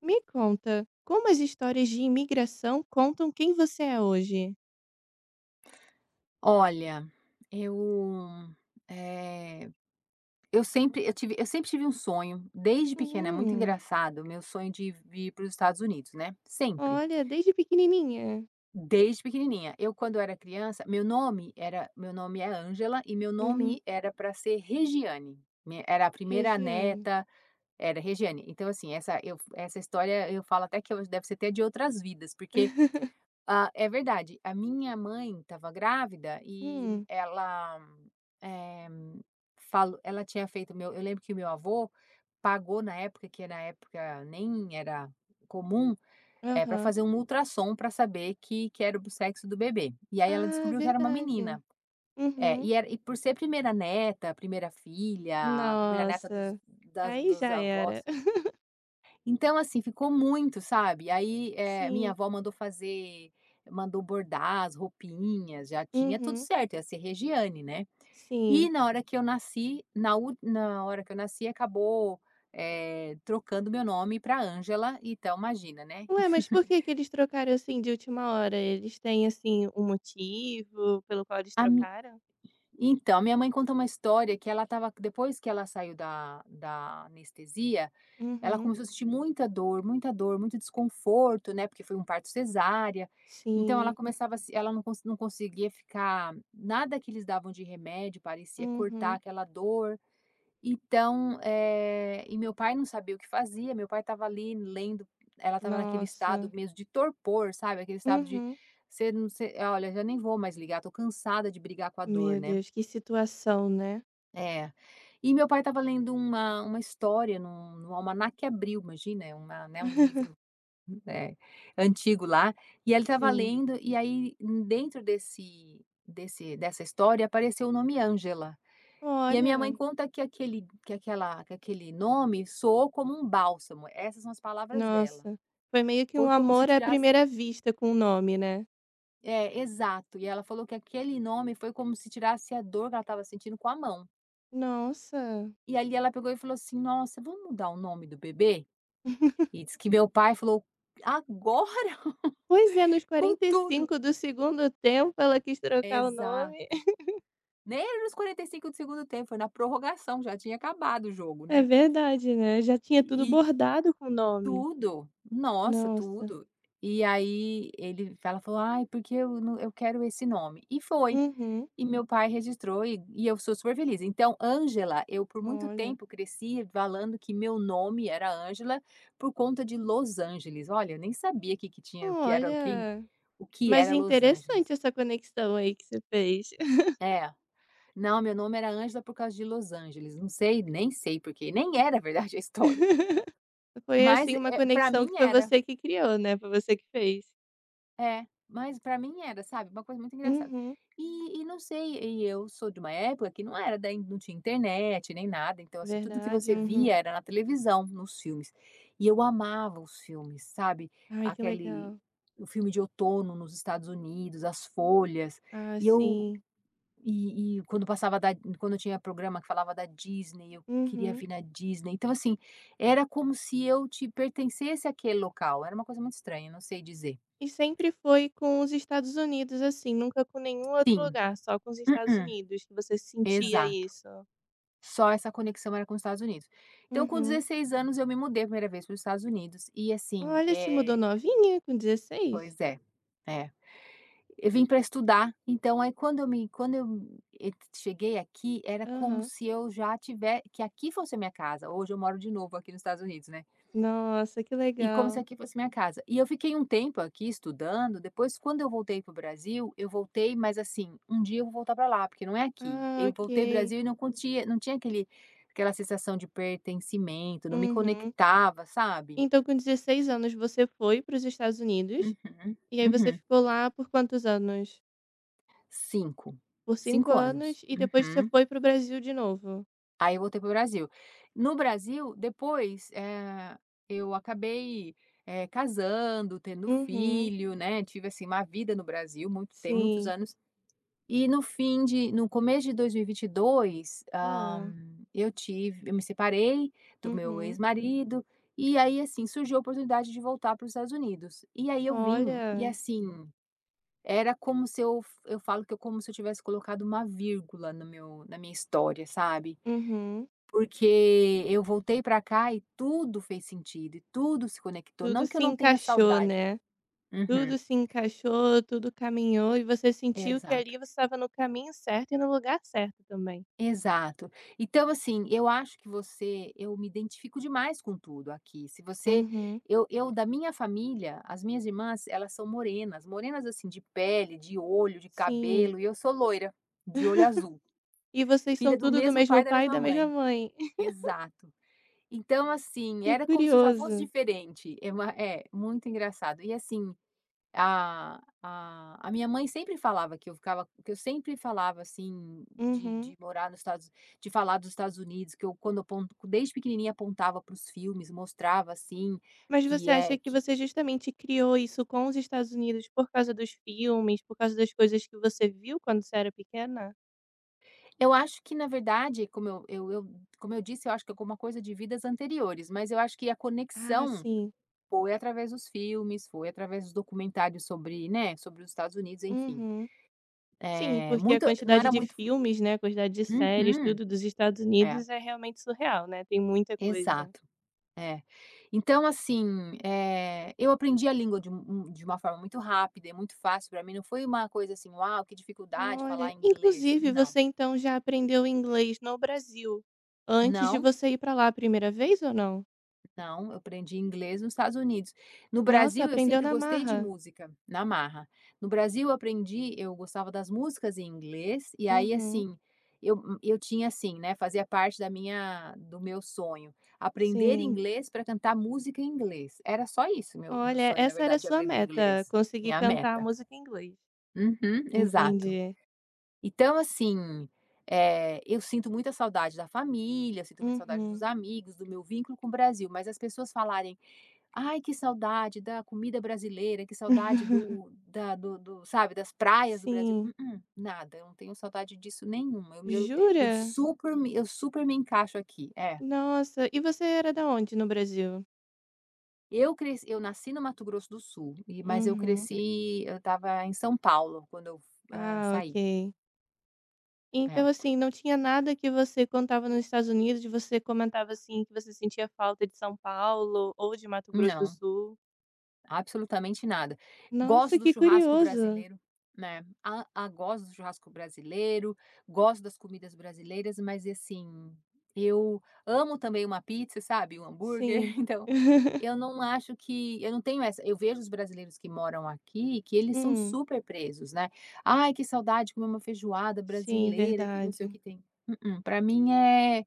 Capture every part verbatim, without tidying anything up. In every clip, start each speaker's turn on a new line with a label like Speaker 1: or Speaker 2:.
Speaker 1: Me conta, como as histórias de imigração contam quem você é hoje?
Speaker 2: Olha, eu, eh, eu sempre eu tive eu sempre tive um sonho, desde pequena. É muito
Speaker 1: Uhum.
Speaker 2: engraçado, meu sonho de vir para os Estados Unidos, né, sempre,
Speaker 1: Olha, desde pequenininha.
Speaker 2: desde pequenininha. Eu, quando era criança, meu nome era meu nome é Ângela, e meu
Speaker 1: Uhum.
Speaker 2: nome era para ser Regiane, mi era a primeira
Speaker 1: Regiane.
Speaker 2: neta, era Regiane. Então, assim, essa eu essa história eu falo até que hoje deve ser até de outras vidas. Porque, ah, é verdade, a minha mãe estava grávida, e
Speaker 1: Hum.
Speaker 2: ela, Eh, falo ela tinha feito meu eu lembro que o meu avô pagou na época, que na época nem era comum, é para
Speaker 1: Aham.
Speaker 2: fazer um ultrassom para saber que que era o sexo do bebê. E aí ela
Speaker 1: Ah,
Speaker 2: descobriu que era uma
Speaker 1: verdade.
Speaker 2: menina. É.
Speaker 1: Uhum.
Speaker 2: e era e por ser primeira neta, primeira filha, primeira neta dos
Speaker 1: Nossa,
Speaker 2: das
Speaker 1: aí
Speaker 2: dos
Speaker 1: já era.
Speaker 2: avós, então, assim, ficou muito, sabe. Aí, eh, minha
Speaker 1: Sim.
Speaker 2: avó mandou fazer mandou bordar as roupinhas, já tinha tudo
Speaker 1: Uhum.
Speaker 2: certo, ia ser Regiane, né. E
Speaker 1: Sim.
Speaker 2: na hora que eu nasci, na ul na hora que eu nasci acabou, eh, trocando meu nome para Ângela. Então, imagina, né.
Speaker 1: Ué, mas por que que eles trocaram, assim, de última hora? Eles têm, assim, um motivo pelo qual eles
Speaker 2: A mi
Speaker 1: trocaram?
Speaker 2: então, a minha mãe conta uma história que ela estava, depois que ela saiu da da anestesia, ela
Speaker 1: Uhum.
Speaker 2: começou a sentir muita dor, muita dor, muito desconforto, né, porque foi um parto cesárea. Então, ela
Speaker 1: Sim.
Speaker 2: começava a se, ela não cons não conseguia ficar, nada que eles davam de remédio parecia cortar
Speaker 1: Uhum.
Speaker 2: aquela dor. Então, eh, e meu pai não sabia o que fazia, meu pai estava ali lendo. Ela estava naquele
Speaker 1: Nossa.
Speaker 2: estado mesmo de torpor, sabe, aquele estado de
Speaker 1: Uhum.
Speaker 2: você não você "Olha, já nem vou mais ligar, tô cansada de brigar com a dor",
Speaker 1: Meu
Speaker 2: né.
Speaker 1: Deus, que situação, né.
Speaker 2: É. E meu pai estava lendo uma uma história no no Almanaque Abril. Imagina, é uma, né, um livro, eh, antigo lá, e ele estava
Speaker 1: Sim.
Speaker 2: lendo, e aí dentro desse desse dessa história apareceu o nome Ângela. E a minha mãe
Speaker 1: Olha,
Speaker 2: conta que aquele, que aquela, que aquele nome soou como um bálsamo. Essas são as palavras dela.
Speaker 1: nossa, foi meio que
Speaker 2: Foi
Speaker 1: um
Speaker 2: como se
Speaker 1: amor à
Speaker 2: tirasse
Speaker 1: primeira vista com o nome, né.
Speaker 2: é, exato. E ela falou que aquele nome foi como se tirasse a dor que ela estava sentindo com a mão.
Speaker 1: Nossa.
Speaker 2: E ali ela pegou e falou assim: "Nossa, vamos mudar o nome do bebê?" E diz que meu pai falou: "Agora,
Speaker 1: Pois é, nos
Speaker 2: com
Speaker 1: quarenta e
Speaker 2: tudo!"
Speaker 1: cinco do segundo tempo ela quis trocar o nome.
Speaker 2: Exato. Nem era nos quarenta e cinco do segundo tempo, foi na prorrogação, já tinha acabado o jogo,
Speaker 1: É
Speaker 2: né.
Speaker 1: verdade, né, já tinha tudo
Speaker 2: E
Speaker 1: bordado com o nome.
Speaker 2: tudo. Nossa,
Speaker 1: Nossa.
Speaker 2: tudo. E aí ele ela falou: "Ai, porque eu não, eu quero esse nome". E foi.
Speaker 1: Uhum.
Speaker 2: E meu pai registrou, e e eu sou super feliz. Então, Ângela, eu por muito
Speaker 1: Olha.
Speaker 2: tempo cresci falando que meu nome era Ângela por conta de Los Angeles. Olha, eu nem sabia que que tinha, o que era, quem
Speaker 1: Olha,
Speaker 2: o que
Speaker 1: mas
Speaker 2: era
Speaker 1: é
Speaker 2: Los
Speaker 1: interessante
Speaker 2: Angeles.
Speaker 1: essa conexão aí que você fez.
Speaker 2: É. Não, meu nome era Ângela por causa de Los Angeles. Não sei, nem sei por quê. Nem era, na verdade, a história.
Speaker 1: Foi,
Speaker 2: Mas
Speaker 1: assim, uma
Speaker 2: para
Speaker 1: conexão que
Speaker 2: mim
Speaker 1: foi
Speaker 2: era.
Speaker 1: você que criou, né, foi você que fez.
Speaker 2: É, mas pra mim era, sabe, uma coisa muito engraçada.
Speaker 1: Uhum.
Speaker 2: E e não sei, e eu sou de uma época que não era daí não tinha internet nem nada. Então, assim, tudo que
Speaker 1: Verdade,
Speaker 2: você
Speaker 1: uhum.
Speaker 2: via era na televisão, nos filmes. E eu amava os filmes, sabe,
Speaker 1: Ai, que
Speaker 2: aquele
Speaker 1: legal.
Speaker 2: o filme de outono nos Estados Unidos, As Folhas.
Speaker 1: Ah,
Speaker 2: E eu,
Speaker 1: sim.
Speaker 2: e e quando passava da quando tinha programa que falava da Disney, eu queria
Speaker 1: Uhum.
Speaker 2: vir na Disney. Então, assim, era como se eu te pertencesse àquele local, era uma coisa muito estranha, não sei dizer.
Speaker 1: E sempre foi com os Estados Unidos, assim, nunca com nenhum outro
Speaker 2: Sim.
Speaker 1: lugar, só com os Estados
Speaker 2: Mm-mm,
Speaker 1: Unidos que você sentia
Speaker 2: exato.
Speaker 1: isso?
Speaker 2: Só essa conexão era com os Estados Unidos. Então, com
Speaker 1: Uhum.
Speaker 2: dezesseis anos, eu me mudei a primeira vez para os Estados Unidos e, assim,
Speaker 1: Olha, se mudou
Speaker 2: eh,
Speaker 1: novinha, com dezesseis?
Speaker 2: pois é, é. Eu vim para estudar. Então aí, quando eu me, quando eu e- cheguei aqui, era como
Speaker 1: Aham.
Speaker 2: se eu já tiver que aqui fosse a minha casa. Hoje eu moro de novo aqui nos Estados Unidos, né?
Speaker 1: Nossa, que
Speaker 2: E como se
Speaker 1: legal.
Speaker 2: aqui fosse minha casa. E eu fiquei um tempo aqui estudando. Depois, quando eu voltei para o Brasil, eu voltei, mas, assim, um dia eu vou voltar para lá, porque não é aqui.
Speaker 1: Ah,
Speaker 2: Eu voltei para o
Speaker 1: ok.
Speaker 2: Brasil e não conti não tinha aquele, aquela sensação de pertencimento, não me
Speaker 1: Uhum.
Speaker 2: conectava, sabe.
Speaker 1: Então com dezesseis anos você foi para os Estados Unidos,
Speaker 2: Uhum,
Speaker 1: e aí você
Speaker 2: uhum.
Speaker 1: ficou lá por quantos anos?
Speaker 2: cinco,
Speaker 1: Por cinco
Speaker 2: cinco
Speaker 1: anos
Speaker 2: anos.
Speaker 1: e depois você
Speaker 2: Uhum.
Speaker 1: foi para o Brasil de novo?
Speaker 2: Aí eu voltei para o Brasil. No Brasil, depois, eh, eu acabei, eh, casando, tendo
Speaker 1: Uhum,
Speaker 2: filho, né. Tive, assim, uma vida no Brasil, muito tem muitos
Speaker 1: sim.
Speaker 2: anos. E no fim de no começo de dois mil e vinte e dois, hã,
Speaker 1: Ah,
Speaker 2: eu tive eu me separei do meu
Speaker 1: Uhum.
Speaker 2: ex-marido. E aí, assim, surgiu a oportunidade de voltar para os Estados Unidos. E aí eu vim, e,
Speaker 1: Olha.
Speaker 2: assim, era como se eu eu falo que eu, como se eu tivesse colocado uma vírgula no meu na minha história, sabe.
Speaker 1: Uhum.
Speaker 2: Porque eu voltei para cá e tudo fez sentido, e tudo se conectou,
Speaker 1: Tudo
Speaker 2: não que eu
Speaker 1: se
Speaker 2: não tenha
Speaker 1: encaixou,
Speaker 2: saudade.
Speaker 1: né.
Speaker 2: Uhum.
Speaker 1: Tudo se encaixou, tudo caminhou e você sentiu que
Speaker 2: Exato.
Speaker 1: ali você estava no caminho certo e no lugar certo também.
Speaker 2: Exato. Então, assim, eu acho que você, eu me identifico demais com tudo aqui. Se você
Speaker 1: Uhum.
Speaker 2: eu eu da minha família, as minhas irmãs, elas são morenas, morenas assim de pele, de olho, de
Speaker 1: Sim.
Speaker 2: cabelo, e eu sou loira, de olho azul,
Speaker 1: E vocês são
Speaker 2: filha do
Speaker 1: tudo do
Speaker 2: mesmo pai
Speaker 1: mesmo
Speaker 2: e da
Speaker 1: pai e
Speaker 2: mesma
Speaker 1: da mesma
Speaker 2: mãe.
Speaker 1: mãe.
Speaker 2: Exato. Então, assim,
Speaker 1: Que
Speaker 2: era como se eu já fosse
Speaker 1: curioso.
Speaker 2: diferente. É, uma- é muito engraçado. E, assim, a a a minha mãe sempre falava que eu ficava que eu sempre falava, assim, de
Speaker 1: Uhum.
Speaker 2: de morar nos Estados de falar dos Estados Unidos, que eu quando eu apon desde pequenininha apontava para os filmes, mostrava, assim,
Speaker 1: Mas você
Speaker 2: que
Speaker 1: acha
Speaker 2: é
Speaker 1: que
Speaker 2: que
Speaker 1: você justamente criou isso com os Estados Unidos por causa dos filmes, por causa das coisas que você viu quando você era pequena?
Speaker 2: eu acho que, na verdade, como eu eu eu como eu disse, eu acho que é alguma coisa de vidas anteriores. Mas eu acho que a
Speaker 1: Ah,
Speaker 2: conexão
Speaker 1: sim.
Speaker 2: foi através dos filmes, foi através dos documentários sobre, né, sobre os Estados Unidos, enfim.
Speaker 1: Uhum. Sim,
Speaker 2: É
Speaker 1: porque a
Speaker 2: muito não
Speaker 1: quantidade
Speaker 2: era
Speaker 1: de
Speaker 2: muito,
Speaker 1: filmes, né, a quantidade de séries,
Speaker 2: uhum.
Speaker 1: tudo dos Estados
Speaker 2: É,
Speaker 1: Unidos é realmente surreal, né, tem muita coisa.
Speaker 2: exato. É. Então, assim, eh, eu aprendi a língua de um, de uma forma muito rápida e muito fácil para mim, não foi uma coisa assim: "Uau, que dificuldade falar
Speaker 1: Olha,
Speaker 2: inglês".
Speaker 1: inclusive
Speaker 2: Não,
Speaker 1: você então já aprendeu inglês no Brasil, antes de
Speaker 2: não
Speaker 1: você ir pra lá a primeira vez ou não?
Speaker 2: Não, eu aprendi inglês nos Estados Unidos. No
Speaker 1: Nossa,
Speaker 2: Brasil, eu
Speaker 1: aprendeu
Speaker 2: sempre
Speaker 1: na
Speaker 2: gostei de
Speaker 1: marra.
Speaker 2: música, na marra. No Brasil, eu aprendi, eu gostava das músicas em inglês, e aí,
Speaker 1: Uhum,
Speaker 2: assim, eu hum, eu tinha, assim, né, fazia parte da minha, do meu sonho, aprender
Speaker 1: sim.
Speaker 2: inglês para cantar música em inglês. Era só isso, meu meu
Speaker 1: Olha,
Speaker 2: sonho, na
Speaker 1: essa era a
Speaker 2: verdade, de
Speaker 1: sua
Speaker 2: aprender
Speaker 1: meta,
Speaker 2: inglês,
Speaker 1: conseguir
Speaker 2: minha
Speaker 1: cantar a
Speaker 2: meta.
Speaker 1: música em inglês.
Speaker 2: Uhum, exato.
Speaker 1: Entendi.
Speaker 2: Então, assim, eh, eu sinto muita saudade da família, eu sinto muita saudade dos
Speaker 1: Uhum.
Speaker 2: amigos, do meu vínculo com o Brasil, mas as pessoas falarem: "Ai, que saudade da comida brasileira, que saudade do da do do sabe, das praias do Brasil".
Speaker 1: Sim.
Speaker 2: Mm-mm, nada, eu não tenho saudade disso nenhuma. Eu me eu eu
Speaker 1: Jura?
Speaker 2: super me eu super me encaixo aqui. É,
Speaker 1: Nossa, e você era da onde no Brasil?
Speaker 2: eu cresci eu nasci no Mato Grosso do Sul, e mas eu
Speaker 1: Uhum.
Speaker 2: cresci eu estava em São Paulo quando eu, hã,
Speaker 1: Ah,
Speaker 2: saí.
Speaker 1: ok.
Speaker 2: É.
Speaker 1: Então, assim, não tinha nada que você contava nos Estados Unidos, de você comentava, assim, que você sentia falta de São Paulo ou de Mato Grosso do
Speaker 2: Não,
Speaker 1: Sul?
Speaker 2: Absolutamente nada.
Speaker 1: Nossa,
Speaker 2: Gosto do
Speaker 1: que
Speaker 2: churrasco
Speaker 1: curioso.
Speaker 2: brasileiro, né, a a gosto do churrasco brasileiro, gosto das comidas brasileiras, mas, assim, eu amo também uma pizza, sabe, um hambúrguer,
Speaker 1: Sim.
Speaker 2: então eu não acho que eu não tenho essa eu vejo os brasileiros que moram aqui, que eles são
Speaker 1: Hum,
Speaker 2: super presos, né. "Ai, que saudade de comer uma feijoada
Speaker 1: sim,
Speaker 2: brasileira", que não sei o
Speaker 1: verdade.
Speaker 2: que tem. Mm-mm, pra mim é,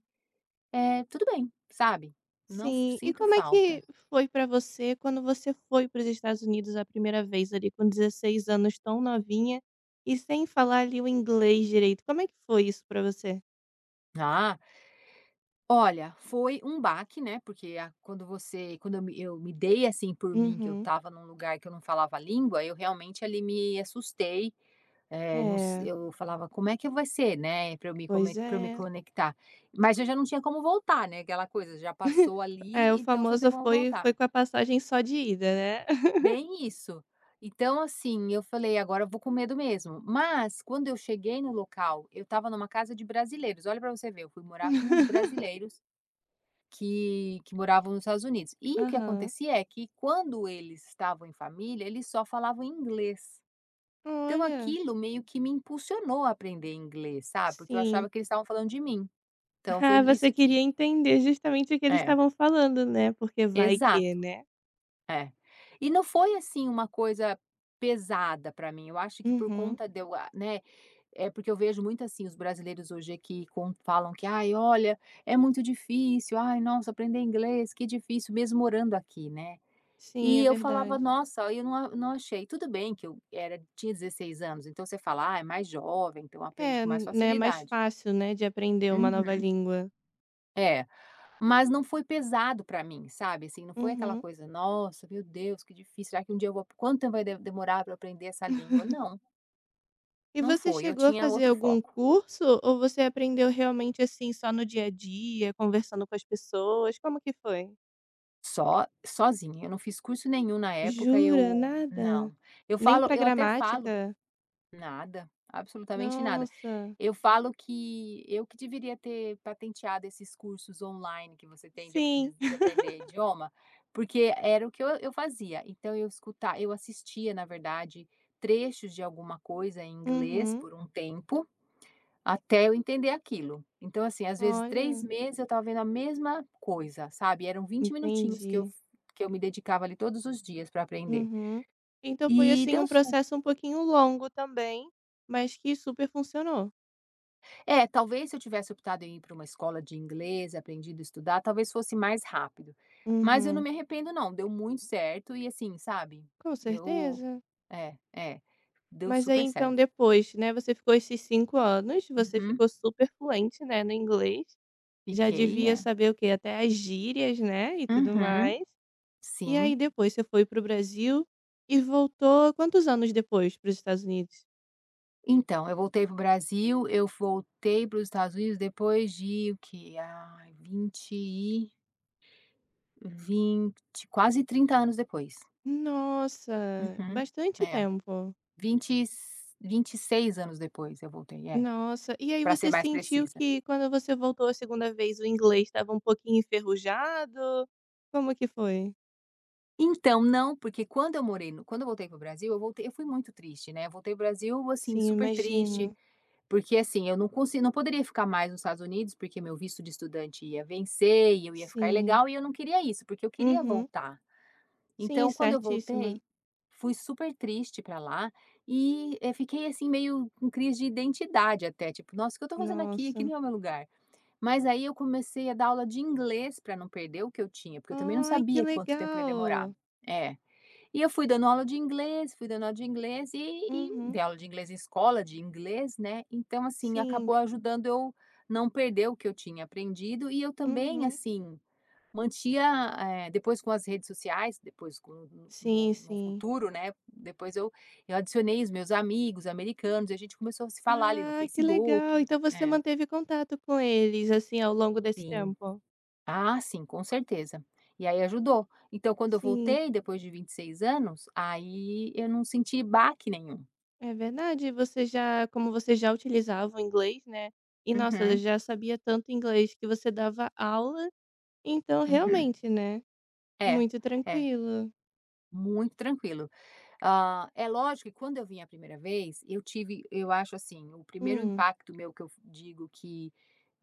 Speaker 2: é tudo bem, sabe, não
Speaker 1: Sim. E
Speaker 2: sinto
Speaker 1: como é
Speaker 2: falta.
Speaker 1: que foi pra você quando você foi para os Estados Unidos a primeira vez ali com dezesseis anos, tão novinha e sem falar ali o inglês direito? Como é que foi isso pra você?
Speaker 2: Ah Olha, foi um baque, né, porque a quando você quando eu me eu me dei, assim, por mim, que eu
Speaker 1: Uhum.
Speaker 2: estava num lugar que eu não falava a língua, eu realmente ali me assustei, eh, não s
Speaker 1: É,
Speaker 2: eu falava: "Como é que vai ser, né, Para eu me
Speaker 1: pois
Speaker 2: come para eu me
Speaker 1: é.
Speaker 2: conectar?". Mas eu já não tinha como voltar, né, aquela coisa, já passou
Speaker 1: É,
Speaker 2: ali,
Speaker 1: o
Speaker 2: então você não tem
Speaker 1: famoso
Speaker 2: como
Speaker 1: foi
Speaker 2: voltar.
Speaker 1: foi com a passagem só de ida, né.
Speaker 2: Bem isso. Então, assim, eu falei: "Agora eu vou com medo mesmo". Mas quando eu cheguei no local, eu estava numa casa de brasileiros, olha para você ver, eu fui morar com uns brasileiros que que moravam nos Estados Unidos. E o que
Speaker 1: Aham.
Speaker 2: acontecia é que quando eles estavam em família, eles só falavam inglês. Então,
Speaker 1: Olha,
Speaker 2: aquilo meio que me impulsionou a aprender inglês, sabe, porque eu
Speaker 1: sim.
Speaker 2: achava que eles estavam falando de mim. Então foi
Speaker 1: Ah, você
Speaker 2: isso
Speaker 1: queria
Speaker 2: que
Speaker 1: entender justamente o que eles
Speaker 2: é,
Speaker 1: estavam falando, né, porque vai que,
Speaker 2: exato,
Speaker 1: né.
Speaker 2: é. E não foi, assim, uma coisa pesada para mim, eu acho que por
Speaker 1: Uhum.
Speaker 2: conta de eu, a, né, é porque eu vejo muito, assim, os brasileiros hoje aqui con falam que: "Ai, olha, é muito difícil. Ai, nossa, aprender inglês, que difícil", mesmo morando aqui, né.
Speaker 1: Sim, é
Speaker 2: E eu falava:
Speaker 1: verdade.
Speaker 2: "Nossa, eu não a não achei". Tudo bem que eu era tinha dezesseis anos, então você fala: "Ah, é mais jovem, então aprende
Speaker 1: É,
Speaker 2: com mais
Speaker 1: né, mais
Speaker 2: facilidade".
Speaker 1: fácil, né, de aprender uma nova
Speaker 2: Uhum.
Speaker 1: língua.
Speaker 2: É. Mas não foi pesado pra mim, sabe, assim, não foi aquela
Speaker 1: Uhum.
Speaker 2: coisa: "Nossa, meu Deus, que difícil, será que um dia eu vou quanto tempo vai de demorar pra eu aprender essa língua?". Não,
Speaker 1: E
Speaker 2: não
Speaker 1: você
Speaker 2: foi, eu
Speaker 1: chegou a
Speaker 2: tinha
Speaker 1: fazer
Speaker 2: outro
Speaker 1: algum
Speaker 2: foco.
Speaker 1: curso ou você aprendeu realmente assim só no dia a dia, conversando com as pessoas? Como que foi?
Speaker 2: Só sozinha, eu não fiz curso nenhum na época,
Speaker 1: Jura?
Speaker 2: eu
Speaker 1: Nada?
Speaker 2: não. Eu
Speaker 1: Nem
Speaker 2: falo
Speaker 1: pra
Speaker 2: eu até falo
Speaker 1: gramática?
Speaker 2: Nada, absolutamente nada.
Speaker 1: Nossa.
Speaker 2: Eu falo que eu que deveria ter patenteado esses cursos online que você tem de
Speaker 1: Sim.
Speaker 2: aprendiz de aprender idioma, porque era o que eu eu fazia. Então eu escuta eu assistia, na verdade, trechos de alguma coisa em inglês
Speaker 1: Uhum.
Speaker 2: por um tempo, até eu entender aquilo. Então, assim, às vezes três
Speaker 1: Olha,
Speaker 2: meses eu estava vendo a mesma coisa, sabe, eram vinte minutinhos que eu
Speaker 1: entendi.
Speaker 2: que eu me dedicava ali todos os dias para aprender.
Speaker 1: Uhum. Então foi
Speaker 2: E
Speaker 1: assim
Speaker 2: deu
Speaker 1: um
Speaker 2: cer
Speaker 1: processo um pouquinho longo também, mas que super funcionou.
Speaker 2: É, talvez se eu tivesse optado em ir para uma escola de inglês, aprendido a estudar, talvez fosse mais rápido. Mas eu não
Speaker 1: Uhum.
Speaker 2: me arrependo não, deu muito certo e assim, sabe,
Speaker 1: Com
Speaker 2: eu
Speaker 1: certeza.
Speaker 2: é, é, deu
Speaker 1: Mas aí
Speaker 2: super
Speaker 1: então
Speaker 2: certo.
Speaker 1: depois, né, você ficou esses cinco anos, você
Speaker 2: Uhum.
Speaker 1: ficou super fluente, né, no inglês, já
Speaker 2: Fiquei,
Speaker 1: devia
Speaker 2: é.
Speaker 1: saber o quê? Até as gírias, né, e tudo
Speaker 2: Uhum,
Speaker 1: mais. E aí
Speaker 2: sim.
Speaker 1: depois você foi para o Brasil e voltou quantos anos depois para os Estados Unidos?
Speaker 2: Então, eu voltei para o Brasil, eu voltei para os Estados Unidos depois de o quê? Ah, vinte, e vinte, quase trinta anos depois.
Speaker 1: Nossa,
Speaker 2: Uhum.
Speaker 1: bastante
Speaker 2: É,
Speaker 1: tempo.
Speaker 2: vinte e vinte e seis anos depois eu voltei, é.
Speaker 1: Nossa, e aí
Speaker 2: Para ser
Speaker 1: você
Speaker 2: mais
Speaker 1: sentiu
Speaker 2: precisa.
Speaker 1: que quando você voltou a segunda vez o inglês estava um pouquinho enferrujado? Como que foi?
Speaker 2: Então, não, porque quando eu morei no quando eu voltei pro Brasil, eu voltei eu fui muito triste, né, eu voltei para Brasil, assim,
Speaker 1: Sim,
Speaker 2: super triste,
Speaker 1: imagino.
Speaker 2: porque, assim, eu não consigo, não poderia ficar mais nos Estados Unidos, porque meu visto de estudante ia vencer e eu ia ficar
Speaker 1: Sim.
Speaker 2: ilegal e eu não queria isso, porque eu queria
Speaker 1: Uhum.
Speaker 2: voltar.
Speaker 1: Sim,
Speaker 2: Então, quando eu
Speaker 1: certíssima.
Speaker 2: voltei, fui super triste para lá e, eh, fiquei, assim, meio com crise de identidade até, tipo: "Nossa, o que eu tô fazendo aqui? Aqui
Speaker 1: Nossa.
Speaker 2: não é o meu lugar". Mas aí eu comecei a dar aula de inglês para não perder o que eu tinha, porque eu também não
Speaker 1: Ai, que
Speaker 2: sabia quanto tempo ia demorar.
Speaker 1: legal.
Speaker 2: É. E eu fui dando aula de inglês, fui dando aula de inglês e e
Speaker 1: Uhum,
Speaker 2: dei aula de inglês em escola de inglês, né, então, assim,
Speaker 1: sim.
Speaker 2: acabou ajudando eu não perder o que eu tinha aprendido e eu também,
Speaker 1: Uhum.
Speaker 2: assim, mantia, eh, depois com as redes sociais, depois com no
Speaker 1: Sim,
Speaker 2: no no
Speaker 1: sim.
Speaker 2: futuro, né, depois eu eu adicionei os meus amigos americanos e a gente começou a se falar ali no
Speaker 1: Ah, que legal.
Speaker 2: Facebook.
Speaker 1: Então você
Speaker 2: É.
Speaker 1: manteve contato com eles, assim, ao longo desse
Speaker 2: Sim.
Speaker 1: tempo?
Speaker 2: Ah, sim, com certeza. E aí ajudou. Então, quando eu
Speaker 1: Sim,
Speaker 2: voltei depois de vinte e seis anos, aí eu não senti baque nenhum.
Speaker 1: é verdade. Você já como você já utilizava o inglês, né, e nossa,
Speaker 2: Uhum,
Speaker 1: já sabia tanto inglês que você dava aula, então
Speaker 2: uhum.
Speaker 1: realmente, né,
Speaker 2: É,
Speaker 1: muito
Speaker 2: é,
Speaker 1: tranquilo.
Speaker 2: muito tranquilo. Ah, é lógico que quando eu vim a primeira vez, eu tive, eu acho assim, o primeiro
Speaker 1: Hum.
Speaker 2: impacto meu que eu digo que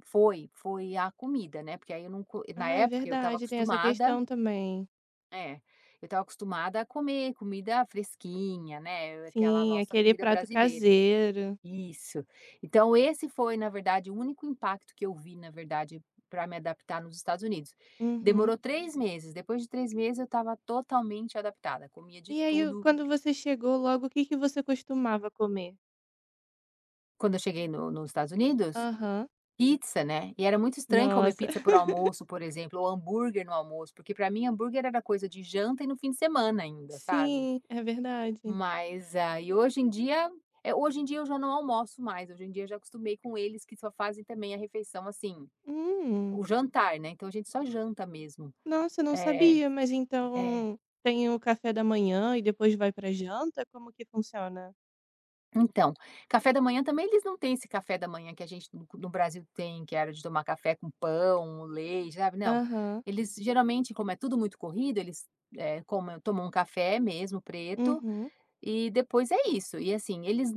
Speaker 2: foi, foi a comida, né? Porque aí eu não, co- na
Speaker 1: Ah, é
Speaker 2: época eu estava
Speaker 1: verdade, tem essa
Speaker 2: acostumada,
Speaker 1: questão também.
Speaker 2: é, eu estava acostumada a comer comida fresquinha, né? Aquela
Speaker 1: Sim,
Speaker 2: nossa
Speaker 1: aquele
Speaker 2: comida
Speaker 1: prato
Speaker 2: brasileira.
Speaker 1: caseiro.
Speaker 2: Isso. Então esse foi, na verdade, o único impacto que eu vi, na verdade, para me adaptar nos Estados Unidos.
Speaker 1: Uhum.
Speaker 2: Demorou três meses, depois de três meses eu estava totalmente adaptada, comia
Speaker 1: E
Speaker 2: de
Speaker 1: aí o
Speaker 2: tudo.
Speaker 1: quando você chegou logo, o que que você costumava comer?
Speaker 2: Quando eu cheguei no nos Estados Unidos,
Speaker 1: Aham.
Speaker 2: pizza, né, e era muito estranho comer
Speaker 1: Nossa.
Speaker 2: pizza por almoço, por exemplo, ou hambúrguer no almoço, porque para mim hambúrguer era coisa de janta e no fim de semana ainda, sabe.
Speaker 1: Sim, é verdade.
Speaker 2: Mas aí hoje em dia é hoje em dia eu já não almoço mais, hoje em dia eu já acostumei com eles que só fazem também a refeição, assim,
Speaker 1: Hum.
Speaker 2: o jantar, né, então a gente só janta mesmo.
Speaker 1: Nossa, eu não
Speaker 2: É,
Speaker 1: sabia, mas
Speaker 2: é.
Speaker 1: então tem o café da manhã e depois vai pra janta? Como que funciona?
Speaker 2: Então, café da manhã também eles não têm esse café da manhã que a gente no no Brasil tem, que era de tomar café com pão, leite, sabe, não.
Speaker 1: Aham.
Speaker 2: Eles geralmente, como é tudo muito corrido, eles, eh, comem tomam um café mesmo preto
Speaker 1: Uhum.
Speaker 2: e depois é isso. E, assim, eles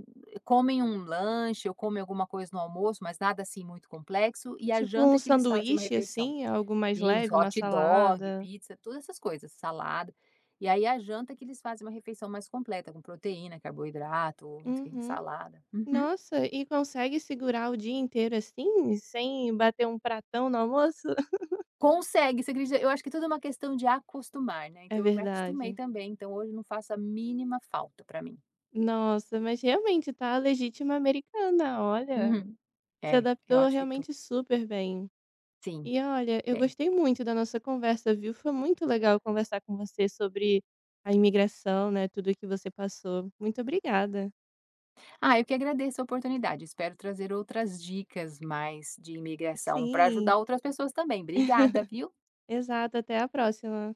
Speaker 2: comem um lanche ou comem alguma coisa no almoço, mas nada, assim, muito complexo, e a
Speaker 1: Tipo
Speaker 2: janta
Speaker 1: um
Speaker 2: é que eles fazem uma
Speaker 1: sanduíche,
Speaker 2: refeição.
Speaker 1: assim? Algo mais
Speaker 2: Sim,
Speaker 1: leve, uma
Speaker 2: hot dog,
Speaker 1: salada?
Speaker 2: pizza, todas essas coisas, salada. E aí a janta que eles fazem uma refeição mais completa, com proteína, carboidrato, enfim,
Speaker 1: Uhum.
Speaker 2: salada. Uhum.
Speaker 1: Nossa, e consegue segurar o dia inteiro assim, sem bater um pratão no almoço?
Speaker 2: Consegue, você acredita? Eu acho que tudo é uma questão de acostumar, né,
Speaker 1: É
Speaker 2: então eu me
Speaker 1: verdade.
Speaker 2: acostumei também, então hoje não faço a mínima falta pra mim.
Speaker 1: Nossa, mas realmente tá a legítima americana, olha.
Speaker 2: Uhum.
Speaker 1: Se
Speaker 2: É, eu
Speaker 1: adaptou
Speaker 2: acho que tu
Speaker 1: realmente super bem.
Speaker 2: sim,
Speaker 1: E olha, eu
Speaker 2: bem.
Speaker 1: gostei muito da nossa conversa, viu? Foi muito legal conversar com você sobre a imigração, né? Tudo que você passou. Muito obrigada.
Speaker 2: Ah, eu que agradeço a oportunidade, espero trazer outras dicas mais de imigração para
Speaker 1: Sim,
Speaker 2: ajudar outras pessoas também. Obrigada, viu.
Speaker 1: exato. Até a próxima.